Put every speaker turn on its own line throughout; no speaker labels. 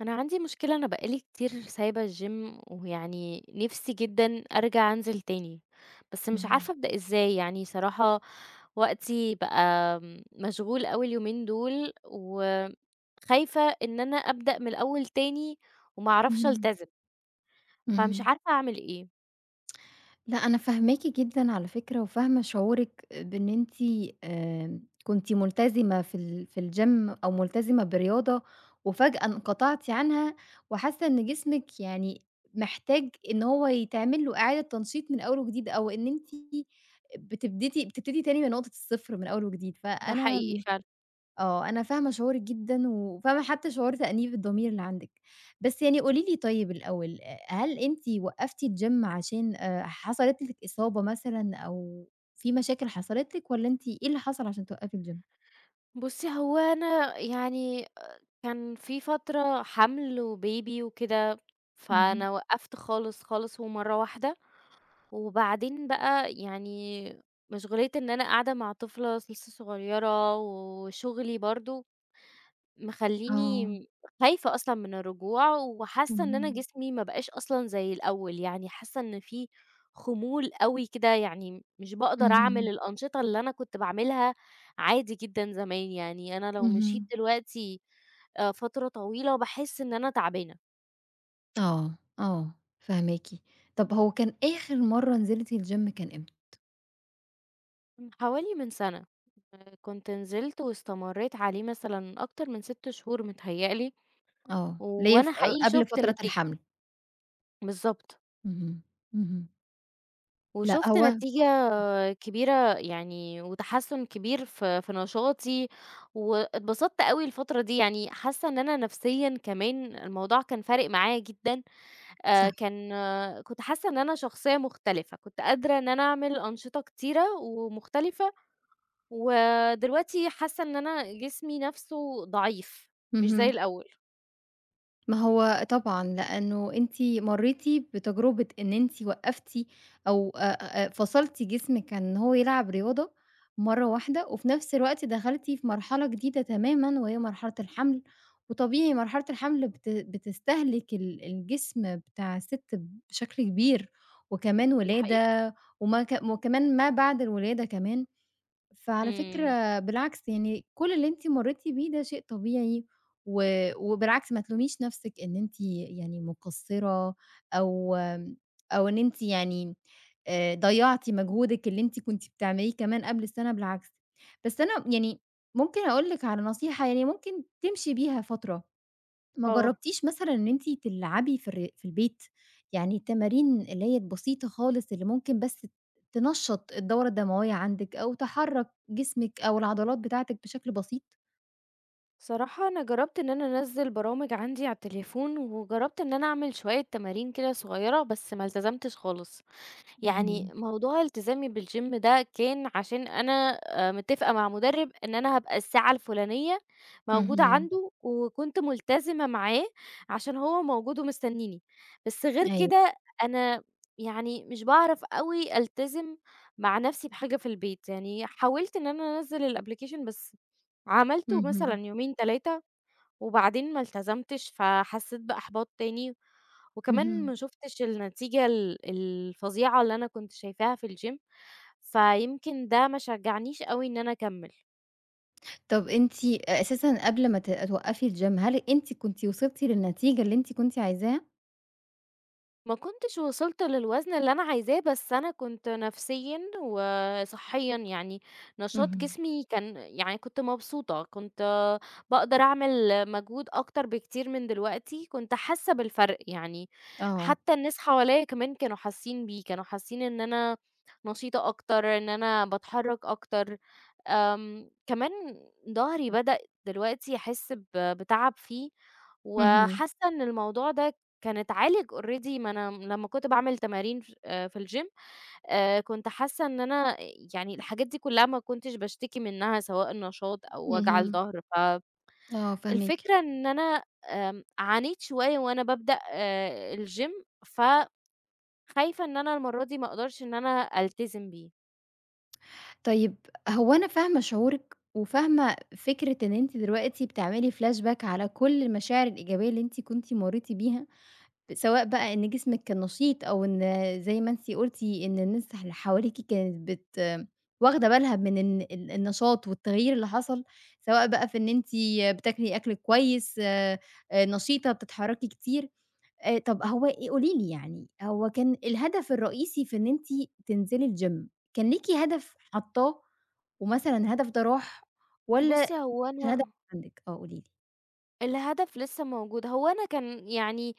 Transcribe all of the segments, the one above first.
أنا عندي مشكلة، أنا بقى لي كتير سايبة الgym ويعني نِفْسي جدًا أرجع أنزل تاني، بس مش
اهم،
عارفة أبدأ إزاي، يعني صراحة وقتي بقى مشغول أوي اليومين دول، وخايفة إن أنا أبدأ من الأول تاني وما أعرفش
اهم،
ألتزم، فمش
اهم.
عارفة أعمل إيه.
لأ أنا فاهماكِ جدًا على فكرة، وفاهمة شعورِك بإن أنتِ كنتِ ملتزمة في ال في الgym أو ملتزمة برياضة، وفجأة انقطعتِ عنها، وحاسة إن جسمِك يعني محتاج إن هو يتعمل له إعادة تنشيط من أول وجديد، أو إن أنتِ بتبتدي تاني من نقطة الصفر من أول وجديد،
ده حقيقي
فأنا
فعلًا.
آه، أنا فاهمة شعورِك جدًا، وفاهمة حتى شعور تأنيب الضمير اللي عندِك. بس يعني قولي لي طيب الأول، هل أنتِ وقّفتِ الgym عشان حصلت لِك إصابة مثلًا أو في مشاكل حصلت لِك والّا أنتِ إيه اللي حصل عشان توقّفي الgym؟
بُصّي، هو أنا يعني كان في فترة حَمْل وbaby وكده،
اهم.
فأنا وقّفت خالص، خالص ومَرّة واحدة. وبعدين بقى يعني مشغولية إن أنا قاعدة مع طفلة لسه صغيرة وشغلي برضه مخلّيني
آه،
خايفة أصلًا من الرجوع، وحاسة إن أنا
اهم،
جسمي ما بقاش أصلًا زي الأول، يعني حاسة إن في خمول أوي كده، يعني مش باقدر أعمل
اهم،
الأنشطة اللي أنا كنت باعملها عادي جدًا زمان، يعني أنا لو مشيت
اهم.
دلوقتي فترة طويلة باحس إن أنا تعبانة،
آه، آه، فاهماكِ. طب هو كان آخر مرّة نزلتِ الgym كان إمتى؟
من حوالي من سنة. كنت نزلت واستمريت عليه مثلًا أكتر من 6 شهور متهيأ لي،
آه، اللي هي ف
وأنا
آه،
حقيقي
قبل
شُفت
فترة
نتيجة
الحمل.
بالضبط،
اهم، اهم. لأ
وشُفت
هو
نتيجة كبيرة يعني وتحسُّن كبير في نشاطي، واتبسطت أوي الفترة دي، يعني حاسة إن أنا نفسيًا كمان الموضوع كان فارق معايا جدًا.
صح،
كان آه، كنت حاسة إن أنا شخصية مختلفة، كنت قادرة إن أنا أعمل أنشطة كتيرة ومختلفة، ودلوقتي حاسة إن أنا جسمي نَفْسه ضعيف مش زي
اهم.
الأول.
ما هو طبعًا، لأنه أنتِ مرّيتِ بتجربة إن أنتِ وقّفتِ أو فصلتِ جسمِك عن إن هو يلعب رياضة مرّة واحدة، وفي نفس الوقت دخلتِ في مرحلة جديدة تمامًا وهي مرحلة الحمل، وطبيعي مرحلة الحمل بتستهلك الجسم بتاع الست بشكل كبير، وكمان
ده حقيقي.
ولادة وما ك وكمان ما بعد الولادة كمان. فعلى
إمم.
فكرة بالعكس يعني كل اللي أنتِ مرّيتِ بيه ده شيء طبيعي، و وبالعكس ما تلوميش نَفْسِك إن أنتِ يعني مقصّرة أو أو إن أنتِ يعني ضيّعتِ مجهودِك اللي أنتِ كنتِ بتعمليه كمان قبل السَنة بالعكس. بس أنا يعني ممكن أقول لِك على نصيحة يعني ممكن تمشي بيها فترة. ما
آه.
جرّبتيش مثلًا إن أنتِ تلعبي في البيت؟ يعني التمارين اللي هي البسيطة خالص اللي ممكن بس تنشّط الدورة الدموية عندِك أو تحرّك جسمِك أو العضلات بتاعتِك بشكل بسيط؟
صراحة أنا جرّبت إن أنا أنزّل برامج عندي على التليفون، وجرّبت إن أنا أعمل شوية تمارين كده صغيّرة، بس ما التزمتش خالص. يعني
اهم،
موضوع التزامي بالgym ده كان عشان أنا متفقة مع مُدرِّب إن أنا هابقى الساعة الفُلانية موجودة
اهم،
عنده، وكنت ملتزمة معاه عشان هو موجود ومستنيني، بس غير
أيوه،
كده أنا يعني مش باعرف أوي ألتزم مع نَفْسي بحاجة في البيت، يعني حاولت إن أنا أنزّل الapplication بس عملته مثلًا
اهم،
يومين، 3 وبعدين ما التزمتش، فحسّيت بإحباط تاني، وكمان
اهم.
ما شُفتش النتيجة الفظيعة اللي أنا كنت شايفاها في الgym، فيمكن ده ما شجّعنيش أوي إن أنا أكمّل.
طَب أنتِ أساسًا قبل ما توقّفي الgym هل أنتِ كنتِ وصلتِ للنتيجة اللي أنتِ كنتِ عايزاها؟
ما كنتش وصلت للوزن اللي أنا عايزاه، بس أنا كنت نفسيًا وصحيًا، يعني نشاط
اهم،
جسمي كان يعني كنت مبسوطة، كنت باقدر أعمل مجهود أكتر بكتير من دلوقتي، كنت حاسة بالفرق، يعني
آه،
حتى الناس حواليّا كمان كانوا حاسين بيه، كانوا حاسين إن أنا نشيطة أكتر، إن أنا باتحرك أكتر. آمم، كمان ضهري بدأ دلوقتي أحس بتعب فيه،
اهم،
وحاسة إن الموضوع ده كان اتعالج already، ما أنا لمّا كنت باعمل تمارين ف في الgym، كنت حاسة إن أنا يعني الحاجات دي كلها ما كنتش باشتكي منها سواء النشاط أو وجع
اهم،
الضهر،
آه فاهماكِ.
فالفكرة إن أنا عانيت شوية وأنا بابدأ الgym، فخايفة إن أنا المرة دي ما أقدرش إن أنا ألتزم بيه.
طيب هو أنا فاهمة شعورِك، وفاهمة فكرة إن أنتِ دلوقتي بتعملي flashback على كل المشاعر الإيجابية اللي أنتِ كنتِ مريتِ بيها، سواء بقى إن جسمِك كان نشيط، أو إن زي ما أنتِ قلتِ إن الناس اللي حواليكِ كانت واخدة بالها من النشاط والتغيير اللي حصل، سواء بقى في إن أنتِ بتاكلي أكل كويس، نشيطة، بتتحركي كتير. طَب هو إيه قولي لي يعني، هو كان الهدف الرئيسي في إن أنتِ تنزلي الgym كان ليكِ هدف حاطاه ومثلًا الهدف ده راح
بُصّي
والّا
هو
الهدف
أنا
عندِك؟ آه قولي لي.
الهدف لسه موجود، هو أنا كان يعني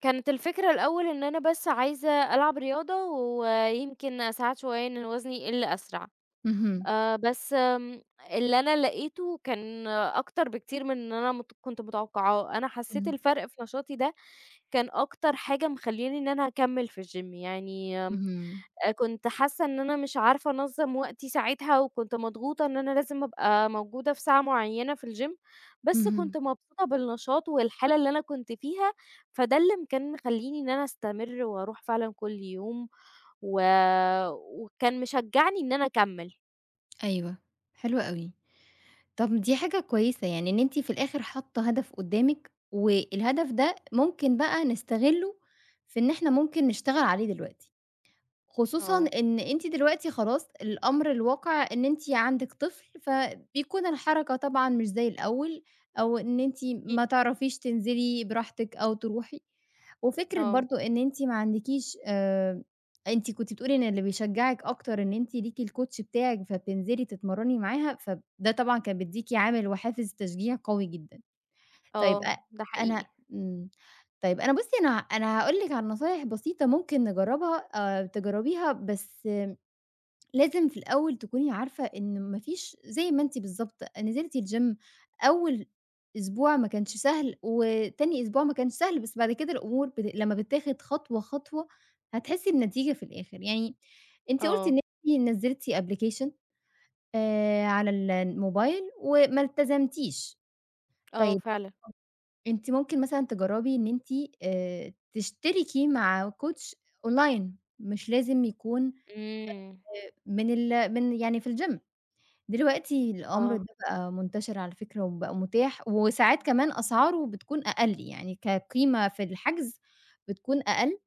كانت الفكرة الأول إن أنا بس عايزة ألعب رياضة ويمكن أساعد شوية إن وزني يقل أسرع.
اهم.
بس آمم اللي أنا لقيته كان أكتر بكتير من إن أنا كنت متوقعاه، أنا حسيت
إمم.
الفرق في نشاطي ده كان أكتر حاجة مخلّياني إن أنا أكمّل في الgym. يعني
اهم.
كنت حاسة إن أنا مش عارفة أنظّم وقتي ساعتها، وكنت مضغوطة إن أنا لازم أبقى موجودة في ساعة معيّنة في الgym، بس
اهم.
كنت مبسوطة بالنشاط والحالة اللي أنا كنت فيها، فده اللي كان مخلّيني إن أنا أستمر وأروح فعلًا كل يوم، و وكان مشجّعني إن أنا أكمّل.
أيوه. حلو أوي. طَب دي حاجة كويسة، يعني إن أنتِ في الآخر حاطة هدف قدّامِك والهدف ده ممكن بقى نستغلّه في إن إحنا ممكن نشتغل عليه دلوقتي. خصوصًا
آه،
إن أنتِ دلوقتي خلاص الأمر الواقع إن أنتِ عندِك طفل، فبيكون الحركة طبعًا مش زي الأول، أو إن أنتِ
أكيد،
ما تعرفيش تنزلي براحتِك أو تروحي، وفكرة
آه،
برضه إن أنتِ ما عندكيش أنتِ كنتِ بتقولي إن اللي بيشجعِك أكتر إن أنتِ ليكِ الكوتش بتاعِك، فبتنزلي تتمرّني معاها، فده طبعًا كان بيدّيكِ عامل وحافز تشجيع قوي جدًا. طيب
آه، ده
أنا
حقيقي،
إمم. طيب أنا بُصّي أنا هاقول لِك على نصايح بسيطة ممكن نجرّبها تجرّبيها، بس لازم في الأول تكوني عارفة إن ما فيش زي ما أنتِ بالضبط نزلتِ الgym أول أسبوع ما كانش سهل، وتاني أسبوع ما كانش سهل، بس بعد كده الأمور لمّا بتتاخد خطوة، خطوة هتحسّي بنتيجة في الآخر. يعني أنتِ قُلتِ
آه،
إن أنتِ نزّلتِ application على الموبايل وما التزمتيش،
آه
طيب
فعلًا،
أنتِ ممكن مثلًا تجرّبي إن أنتِ تشتركي مع coach online مش لازم يكون
إمم،
من يعني في الgym دلوقتي الأمر
آه.
ده بقى منتشر على فكرة وبقى متاح، وساعات كمان أسعاره بتكون أقل، يعني كقيمة في الحجز بتكون أقل،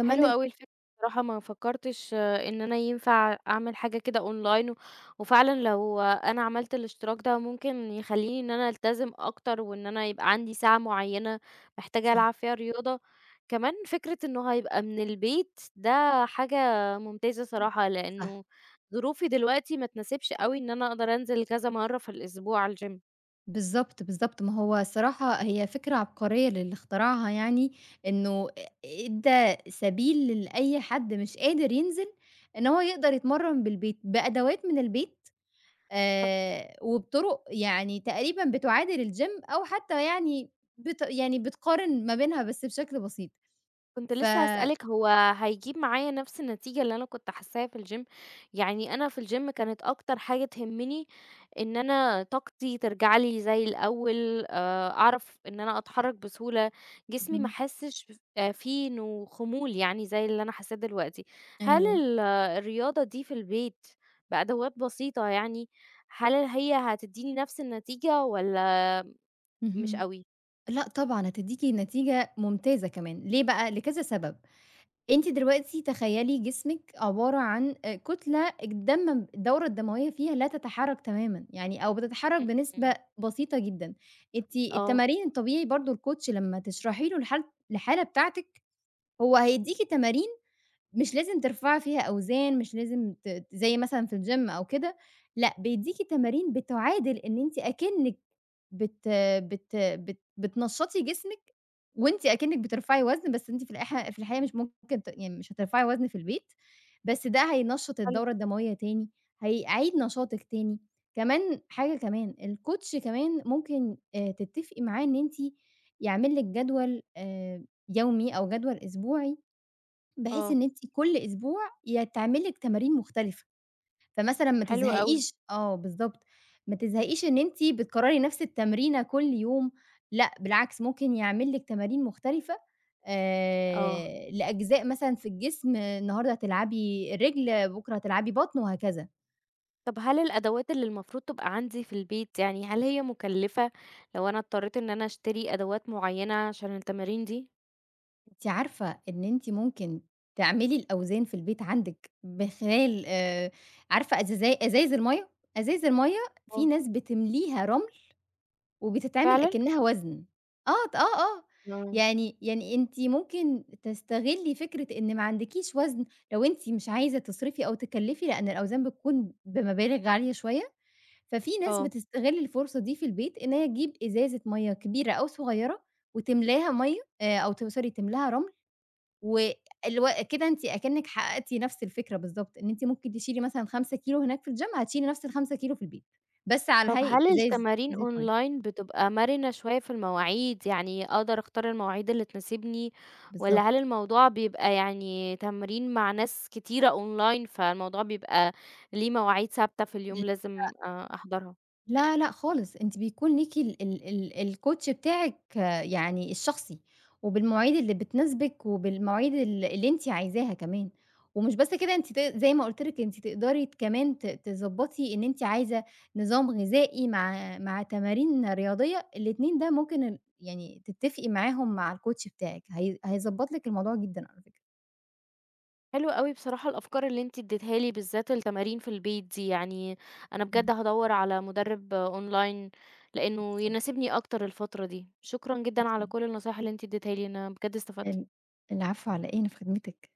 حلو
ال
أوي الفكرة، بصراحة ما فكّرتش، آه، إن أنا ينفع أعمل حاجة كده أونلاين، وفعلًا لو آه، أنا عملت الاشتراك ده ممكن يخلّيني إن أنا ألتزم أكتر، وإن أنا يبقى عندي ساعة معيّنة محتاجة
صح،
ألعب فيها رياضة، كمان فكرة إنه هيبقى من البيت ده حاجة ممتازة
إمم،
صراحة،
صح.
لإنه ظروفي دلوقتي ما تناسبش أوي إن أنا أقدر أنزل كذا مرّة في الأسبوع الgym.
بالضبط، بالضبط. ما هو الصراحة هي فكرة عبقرية للي اخترعها يعني، إنه إدّى سبيل لأي حد مش قادر ينزل، إن هو يقدر يتمرّن بالبيت، بأدوات من البيت وبطُرُق يعني تقريبًا بتُعادل الgym أو حتى يعني بت يعني بتقارن ما بينها بس بشكل بسيط.
كنت
ف
لسه هاسألِك، هو هيجيب معايا نفس النتيجة اللي أنا كنت حاساها في الgym؟ يعني أنا في الgym كانت أكتر حاجة تهمني إن أنا طاقتي ترجع لي زي الأول، أعرف إن أنا أتحرك بسهولة، جسمي ما
اهم،
احسش ف فيه إنه خمول يعني زي اللي أنا حاساه دلوقتي. هل
أيوه،
ال الرياضة دي في البيت بأدوات بسيطة يعني، هل هي هتديني نفس النتيجة والّا مش
اهم.
أوي؟
لأ طبعًا هتدّيكِ نتيجة ممتازة كمان، ليه بقى؟ لكذا سبب. أنتِ دلوقتي تخيّلي جسمِك عبارة عن كتلة الدم الدورة الدموية فيها لا تتحرّك تمامًا، يعني أو بتتحرّك
إمم،
بنسبة
إمم.
بسيطة جدًا. أنتِ
آه،
التمارين الطبيعي برضه الcoach لمّا تشرحي له الحالة بتاعتِك، هو هيدّيكِ تمارين مش لازم ترفعي فيها أوزان، مش لازم ت ت زي مثلًا في الgym أو كده، لأ بيدّيكِ تمارين بتعادل إن أنتِ أكنِّك بت بت بت بتنشّطي جسمِك وأنتِ أكنِّك بترفعي وزن، بس أنتِ في الحقيقة مش ممكن ت يعني مش هترفعي وزن في البيت، بس ده هينشّط
حلو،
الدورة الدموية تاني، هيعيد نشاطِك تاني. كمان حاجة كمان، الcoach كمان ممكن تتّفقي معاه إن أنتِ يعمل لِك جدول يومي أو جدول أسبوعي بحيث
آه،
إن أنتِ كل أسبوع يا تعمل لِك تمارين مختلفة، فمثلًا ما
حلو أوي،
تزهقيش آه بالضبط، ما تزهقيش إن أنتِ بتكرّري نفس التمرينة كل يوم، لأ بالعكس ممكن يعمل لِك تمارين مختلفة
آه.
لأجزاء مثلًا في الجسم، النهارده هتلعبي رِجل، بُكرة هتلعبي بطن وهكذا.
طب هل الأدوات اللي المفروض تبقى عندي في البيت، يعني هل هي مكلفة لو أنا اضطريت إن أنا أشتري أدوات معينة عشان التمارين دي؟
أنتِ عارفة إن أنتِ ممكن تعملي الأوزان في البيت عندِك من خلال عارفة أزايز المَيّة؟ أزايز المَيّة في
آه،
ناس بتمليها رمل وبتتعمل
فعلًا؟
أكنّها وزن. آه، آه، آه.
آه،
يعني أنتِ ممكن تستغلّي فكرة إن ما عندكيش وزن لو أنتِ مش عايزة تصرفي أو تكلّفي، لإن الأوزان بتكون بمبالغ عالية شوية، ففي ناس
آه.
بتستغل الفرصة دي في البيت إن هي تجيب إزازة مَيّة كبيرة أو صغيّرة وتملاها مَيّة أو sorry تملاها رمل والو كده أنتِ أكنِّك حققتِ نفس الفكرة بالضبط، إن أنتِ ممكن تشيلي مثلًا 5 كيلو هناك في الgym هتشيلي نفس ال5 كيلو في البيت، بس على
طب
هيئة
هل التمارين
إزازة مَيّة.
أونلاين بتبقى مرنة شوية في المواعيد، يعني أقدر أختار المواعيد اللي تناسبني، والّا هل
بالضبط.
الموضوع بيبقى يعني تمرين مع ناس كتيرة أونلاين، فالموضوع بيبقى ليه مواعيد ثابتة في اليوم لازم أحضرها؟
لا، خالص، أنتِ بيكون ليكِ ال ال ال الcoach بتاعِك آه، يعني الشخصي، وبالمواعيد اللي بتناسبِك، وبالمواعيد اللي أنتِ عايزاها كمان، ومش بس كده أنتِ زي ما قُلت لِك أنتِ تقدري ت- كمان ت تضبّطي إن أنتِ عايزة نظام غذائي مع تمارين رياضية، الاتنين ده ممكن ال يعني تتفقي معاهم مع الcoach بتاعِك، هي هيضبّط لِك الموضوع جدًا على فكرة.
حلو أوي بصراحة الأفكار اللي أنتِ اديتها لي، بالذات التمارين في البيت دي، يعني أنا
إمم.
بجد هادوّر على مدرب آه، أونلاين لإنه
بالضبط،
يناسبني أكتر الفترة دي. شكرًا جدًا على
أكيد.
كل النصايح اللي أنتِ اديتها لي، أنا بجد
ال
استفدت.
العفو على إيه، أنا في خدمتِك.